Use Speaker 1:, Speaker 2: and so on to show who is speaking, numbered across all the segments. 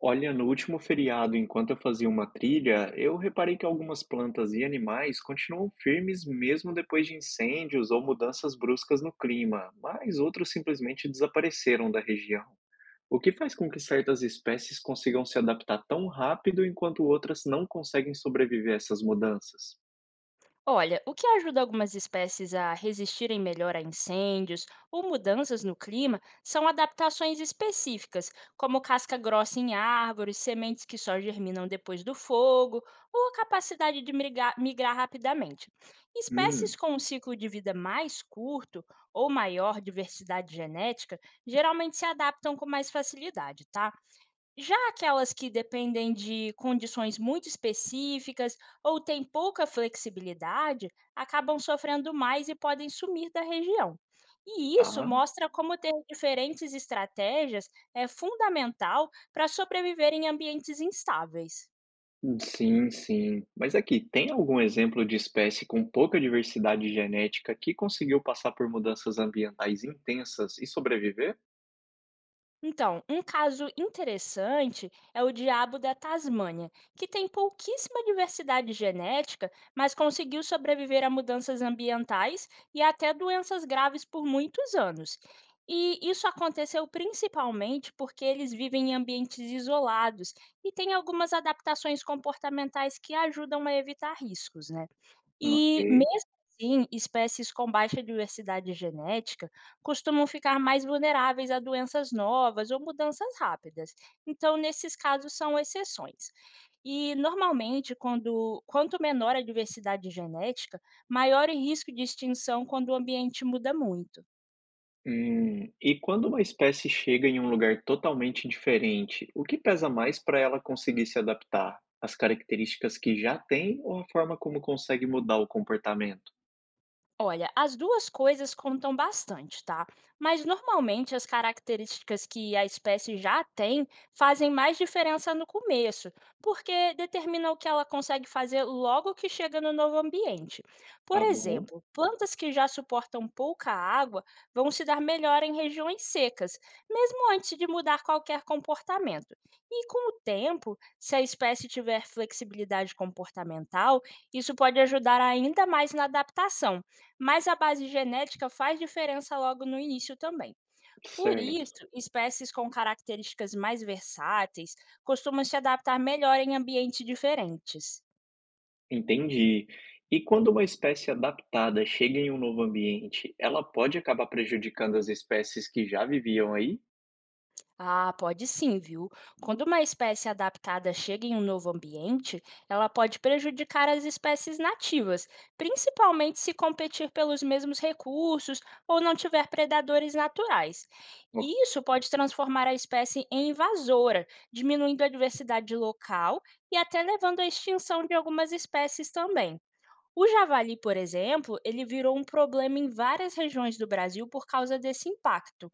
Speaker 1: Olha, no último feriado, enquanto eu fazia uma trilha, eu reparei que algumas plantas e animais continuam firmes mesmo depois de incêndios ou mudanças bruscas no clima, mas outros simplesmente desapareceram da região. O que faz com que certas espécies consigam se adaptar tão rápido enquanto outras não conseguem sobreviver a essas mudanças?
Speaker 2: Olha, o que ajuda algumas espécies a resistirem melhor a incêndios ou mudanças no clima são adaptações específicas, como casca grossa em árvores, sementes que só germinam depois do fogo, ou a capacidade de migrar rapidamente. Espécies
Speaker 1: Hum,
Speaker 2: com um ciclo de vida mais curto ou maior diversidade genética geralmente se adaptam com mais facilidade, tá? Já aquelas que dependem de condições muito específicas ou têm pouca flexibilidade, acabam sofrendo mais e podem sumir da região. E isso
Speaker 1: tá.
Speaker 2: mostra como ter diferentes estratégias é fundamental para sobreviver em ambientes instáveis.
Speaker 1: Sim, sim. Mas aqui, tem algum exemplo de espécie com pouca diversidade genética que conseguiu passar por mudanças ambientais intensas e sobreviver?
Speaker 2: Então, um caso interessante é o diabo da Tasmânia, que tem pouquíssima diversidade genética, mas conseguiu sobreviver a mudanças ambientais e até doenças graves por muitos anos. E isso aconteceu principalmente porque eles vivem em ambientes isolados e têm algumas adaptações comportamentais que ajudam a evitar riscos, né?
Speaker 1: Ok.
Speaker 2: E, mesmo assim, espécies com baixa diversidade genética costumam ficar mais vulneráveis a doenças novas ou mudanças rápidas. Então, nesses casos, são exceções. E, normalmente, quanto menor a diversidade genética, maior o risco de extinção quando o ambiente muda muito.
Speaker 1: E quando uma espécie chega em um lugar totalmente diferente, o que pesa mais para ela conseguir se adaptar? As características que já tem ou a forma como consegue mudar o comportamento?
Speaker 2: Olha, as duas coisas contam bastante, tá? Mas normalmente as características que a espécie já tem fazem mais diferença no começo, porque determina o que ela consegue fazer logo que chega no novo ambiente. Por
Speaker 1: Tá bom,
Speaker 2: exemplo, plantas que já suportam pouca água vão se dar melhor em regiões secas, mesmo antes de mudar qualquer comportamento. E com o tempo, se a espécie tiver flexibilidade comportamental, isso pode ajudar ainda mais na adaptação, mas a base genética faz diferença logo no início também. Por
Speaker 1: certo.
Speaker 2: isso, espécies com características mais versáteis costumam se adaptar melhor em ambientes diferentes.
Speaker 1: Entendi. E quando uma espécie adaptada chega em um novo ambiente, ela pode acabar prejudicando as espécies que já viviam aí?
Speaker 2: Ah, pode sim, viu? Quando uma espécie adaptada chega em um novo ambiente, ela pode prejudicar as espécies nativas, principalmente se competir pelos mesmos recursos ou não tiver predadores naturais. E isso pode transformar a espécie em invasora, diminuindo a diversidade local e até levando à extinção de algumas espécies também. O javali, por exemplo, ele virou um problema em várias regiões do Brasil por causa desse impacto.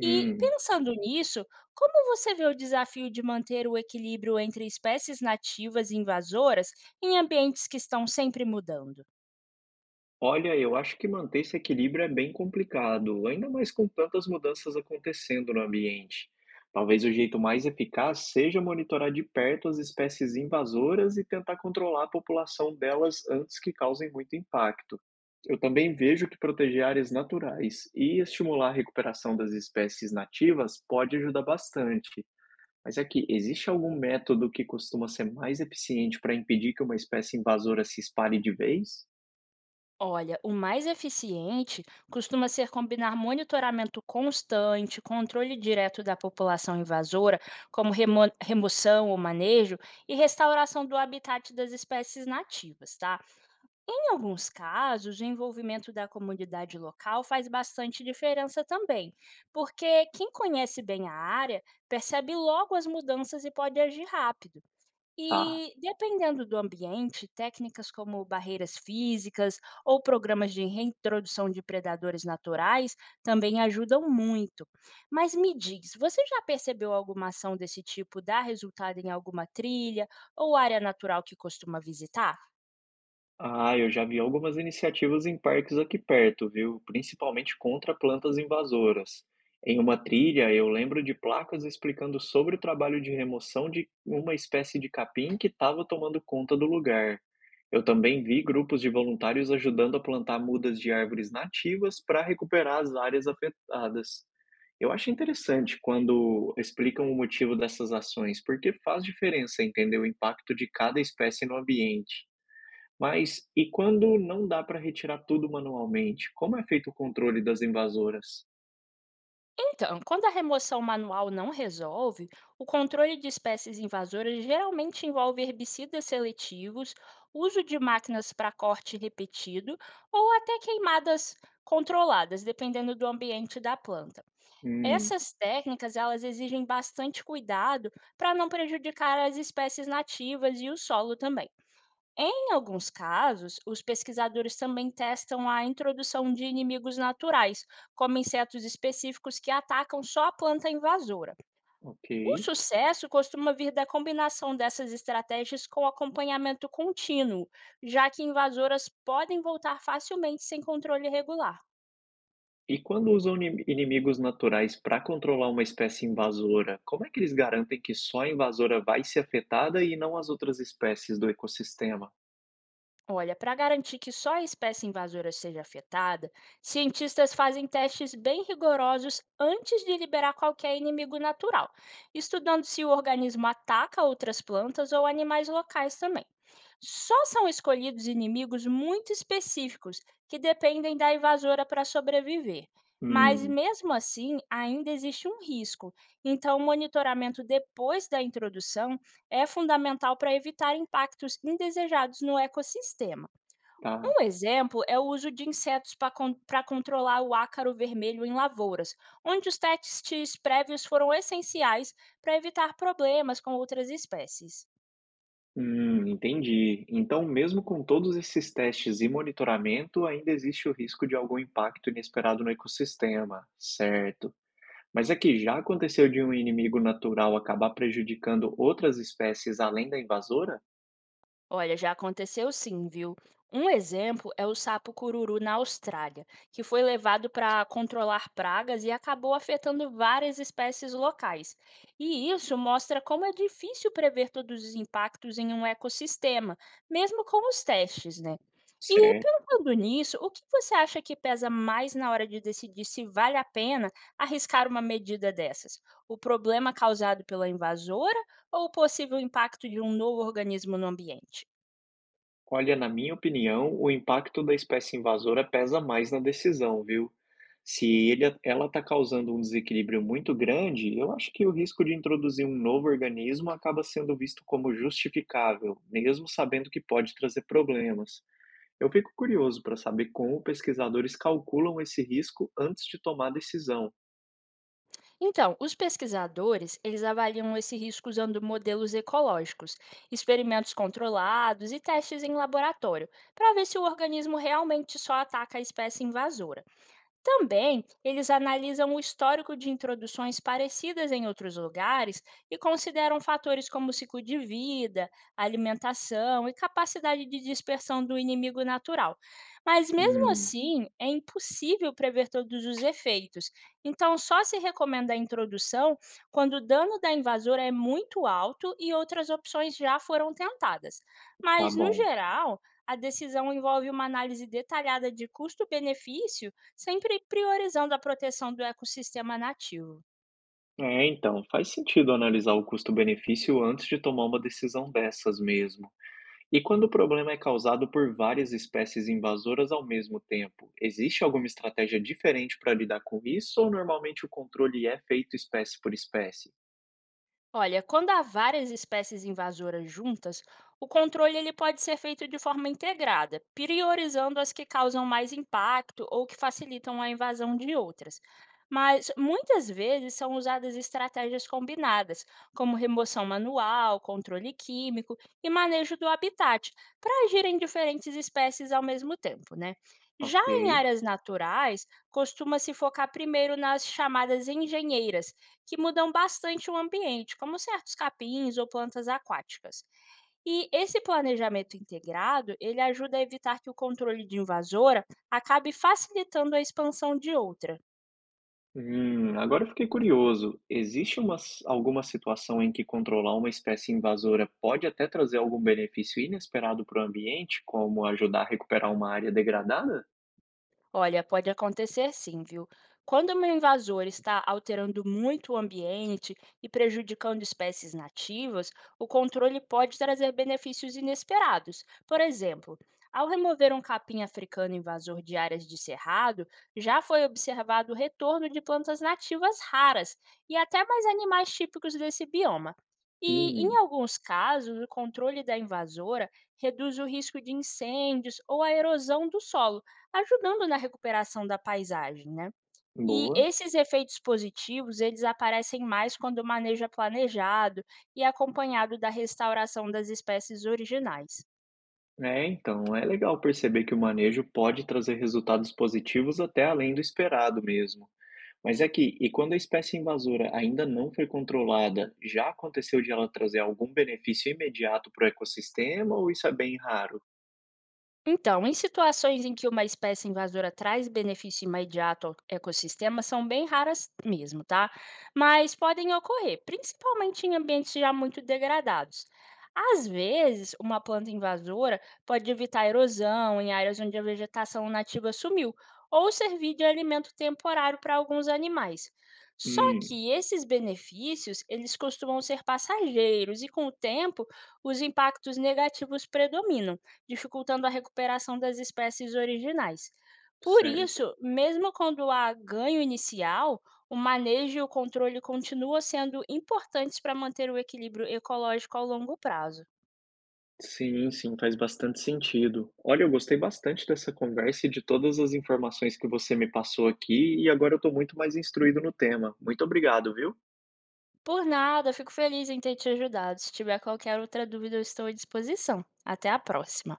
Speaker 2: E pensando nisso, como você vê o desafio de manter o equilíbrio entre espécies nativas e invasoras em ambientes que estão sempre mudando?
Speaker 1: Olha, eu acho que manter esse equilíbrio é bem complicado, ainda mais com tantas mudanças acontecendo no ambiente. Talvez o jeito mais eficaz seja monitorar de perto as espécies invasoras e tentar controlar a população delas antes que causem muito impacto. Eu também vejo que proteger áreas naturais e estimular a recuperação das espécies nativas pode ajudar bastante. Mas aqui, existe algum método que costuma ser mais eficiente para impedir que uma espécie invasora se espalhe de vez?
Speaker 2: Olha, o mais eficiente costuma ser combinar monitoramento constante, controle direto da população invasora, como remoção ou manejo, e restauração do habitat das espécies nativas, tá? Em alguns casos, o envolvimento da comunidade local faz bastante diferença também, porque quem conhece bem a área percebe logo as mudanças e pode agir rápido.
Speaker 1: Tá.
Speaker 2: E, dependendo do ambiente, técnicas como barreiras físicas ou programas de reintrodução de predadores naturais também ajudam muito. Mas me diz, você já percebeu alguma ação desse tipo dar resultado em alguma trilha ou área natural que costuma visitar?
Speaker 1: Ah, eu já vi algumas iniciativas em parques aqui perto, viu? Principalmente contra plantas invasoras. Em uma trilha, eu lembro de placas explicando sobre o trabalho de remoção de uma espécie de capim que estava tomando conta do lugar. Eu também vi grupos de voluntários ajudando a plantar mudas de árvores nativas para recuperar as áreas afetadas. Eu acho interessante quando explicam o motivo dessas ações, porque faz diferença entender o impacto de cada espécie no ambiente. Mas e quando não dá para retirar tudo manualmente, como é feito o controle das invasoras?
Speaker 2: Então, quando a remoção manual não resolve, o controle de espécies invasoras geralmente envolve herbicidas seletivos, uso de máquinas para corte repetido ou até queimadas controladas, dependendo do ambiente da planta.
Speaker 1: Hum,
Speaker 2: Essas técnicas, elas exigem bastante cuidado para não prejudicar as espécies nativas e o solo também. Em alguns casos, os pesquisadores também testam a introdução de inimigos naturais, como insetos específicos que atacam só a planta invasora.
Speaker 1: ok.
Speaker 2: O sucesso costuma vir da combinação dessas estratégias com acompanhamento contínuo, já que invasoras podem voltar facilmente sem controle regular.
Speaker 1: E quando usam inimigos naturais para controlar uma espécie invasora, como é que eles garantem que só a invasora vai ser afetada e não as outras espécies do ecossistema?
Speaker 2: Olha, para garantir que só a espécie invasora seja afetada, cientistas fazem testes bem rigorosos antes de liberar qualquer inimigo natural, estudando se o organismo ataca outras plantas ou animais locais também. Só são escolhidos inimigos muito específicos que dependem da invasora para sobreviver. Mas
Speaker 1: Hum,
Speaker 2: mesmo assim, ainda existe um risco. Então, o monitoramento depois da introdução é fundamental para evitar impactos indesejados no ecossistema.
Speaker 1: tá.
Speaker 2: Um exemplo é o uso de insetos para controlar o ácaro vermelho em lavouras, onde os testes prévios foram essenciais para evitar problemas com outras espécies.
Speaker 1: Entendi. Então, mesmo com todos esses testes e monitoramento, ainda existe o risco de algum impacto inesperado no ecossistema, certo? Mas é que já aconteceu de um inimigo natural acabar prejudicando outras espécies além da invasora?
Speaker 2: Olha, já aconteceu sim, viu? Um exemplo é o sapo cururu na Austrália, que foi levado para controlar pragas e acabou afetando várias espécies locais. E isso mostra como é difícil prever todos os impactos em um ecossistema, mesmo com os testes, né? E
Speaker 1: Certo.
Speaker 2: pensando nisso, o que você acha que pesa mais na hora de decidir se vale a pena arriscar uma medida dessas? O problema causado pela invasora ou o possível impacto de um novo organismo no ambiente?
Speaker 1: Olha, na minha opinião, o impacto da espécie invasora pesa mais na decisão, viu? Se ele, ela está causando um desequilíbrio muito grande, eu acho que o risco de introduzir um novo organismo acaba sendo visto como justificável, mesmo sabendo que pode trazer problemas. Eu fico curioso para saber como pesquisadores calculam esse risco antes de tomar a decisão.
Speaker 2: Então, os pesquisadores, eles avaliam esse risco usando modelos ecológicos, experimentos controlados e testes em laboratório, para ver se o organismo realmente só ataca a espécie invasora. Também, eles analisam o histórico de introduções parecidas em outros lugares e consideram fatores como ciclo de vida, alimentação e capacidade de dispersão do inimigo natural. Mas, mesmo
Speaker 1: Hum,
Speaker 2: assim, é impossível prever todos os efeitos, então só se recomenda a introdução quando o dano da invasora é muito alto e outras opções já foram tentadas.
Speaker 1: tá
Speaker 2: Mas, no
Speaker 1: bom.
Speaker 2: geral, a decisão envolve uma análise detalhada de custo-benefício, sempre priorizando a proteção do ecossistema nativo.
Speaker 1: É, então, faz sentido analisar o custo-benefício antes de tomar uma decisão dessas mesmo. E quando o problema é causado por várias espécies invasoras ao mesmo tempo, existe alguma estratégia diferente para lidar com isso ou normalmente o controle é feito espécie por espécie?
Speaker 2: Olha, quando há várias espécies invasoras juntas, o controle ele pode ser feito de forma integrada, priorizando as que causam mais impacto ou que facilitam a invasão de outras. Mas muitas vezes são usadas estratégias combinadas, como remoção manual, controle químico e manejo do habitat, para agirem diferentes espécies ao mesmo tempo, né? Já
Speaker 1: Ok.
Speaker 2: em áreas naturais, costuma se focar primeiro nas chamadas engenheiras, que mudam bastante o ambiente, como certos capins ou plantas aquáticas. E esse planejamento integrado, ele ajuda a evitar que o controle de invasora acabe facilitando a expansão de outra.
Speaker 1: Agora eu fiquei curioso. Alguma situação em que controlar uma espécie invasora pode até trazer algum benefício inesperado para o ambiente, como ajudar a recuperar uma área degradada?
Speaker 2: Olha, pode acontecer sim, viu? Quando um invasor está alterando muito o ambiente e prejudicando espécies nativas, o controle pode trazer benefícios inesperados. Por exemplo, ao remover um capim africano invasor de áreas de cerrado, já foi observado o retorno de plantas nativas raras e até mais animais típicos desse bioma. E, em
Speaker 1: Hum,
Speaker 2: alguns casos, o controle da invasora reduz o risco de incêndios ou a erosão do solo, ajudando na recuperação da paisagem, né. E
Speaker 1: boa.
Speaker 2: esses efeitos positivos, eles aparecem mais quando o manejo é planejado e acompanhado da restauração das espécies originais.
Speaker 1: É, então, é legal perceber que o manejo pode trazer resultados positivos até além do esperado mesmo. Mas é que, e quando a espécie invasora ainda não foi controlada, já aconteceu de ela trazer algum benefício imediato para o ecossistema ou isso é bem raro?
Speaker 2: Então, em situações em que uma espécie invasora traz benefício imediato ao ecossistema, são bem raras mesmo, tá? Mas podem ocorrer, principalmente em ambientes já muito degradados. Às vezes, uma planta invasora pode evitar erosão em áreas onde a vegetação nativa sumiu, ou servir de alimento temporário para alguns animais. Só
Speaker 1: Hum,
Speaker 2: que esses benefícios, eles costumam ser passageiros e, com o tempo, os impactos negativos predominam, dificultando a recuperação das espécies originais. Por
Speaker 1: certo.
Speaker 2: isso, mesmo quando há ganho inicial, o manejo e o controle continuam sendo importantes para manter o equilíbrio ecológico ao longo prazo.
Speaker 1: Sim, sim, faz bastante sentido. Olha, eu gostei bastante dessa conversa e de todas as informações que você me passou aqui, e agora eu estou muito mais instruído no tema. Muito obrigado, viu?
Speaker 2: Por nada, fico feliz em ter te ajudado. Se tiver qualquer outra dúvida, eu estou à disposição. Até a próxima!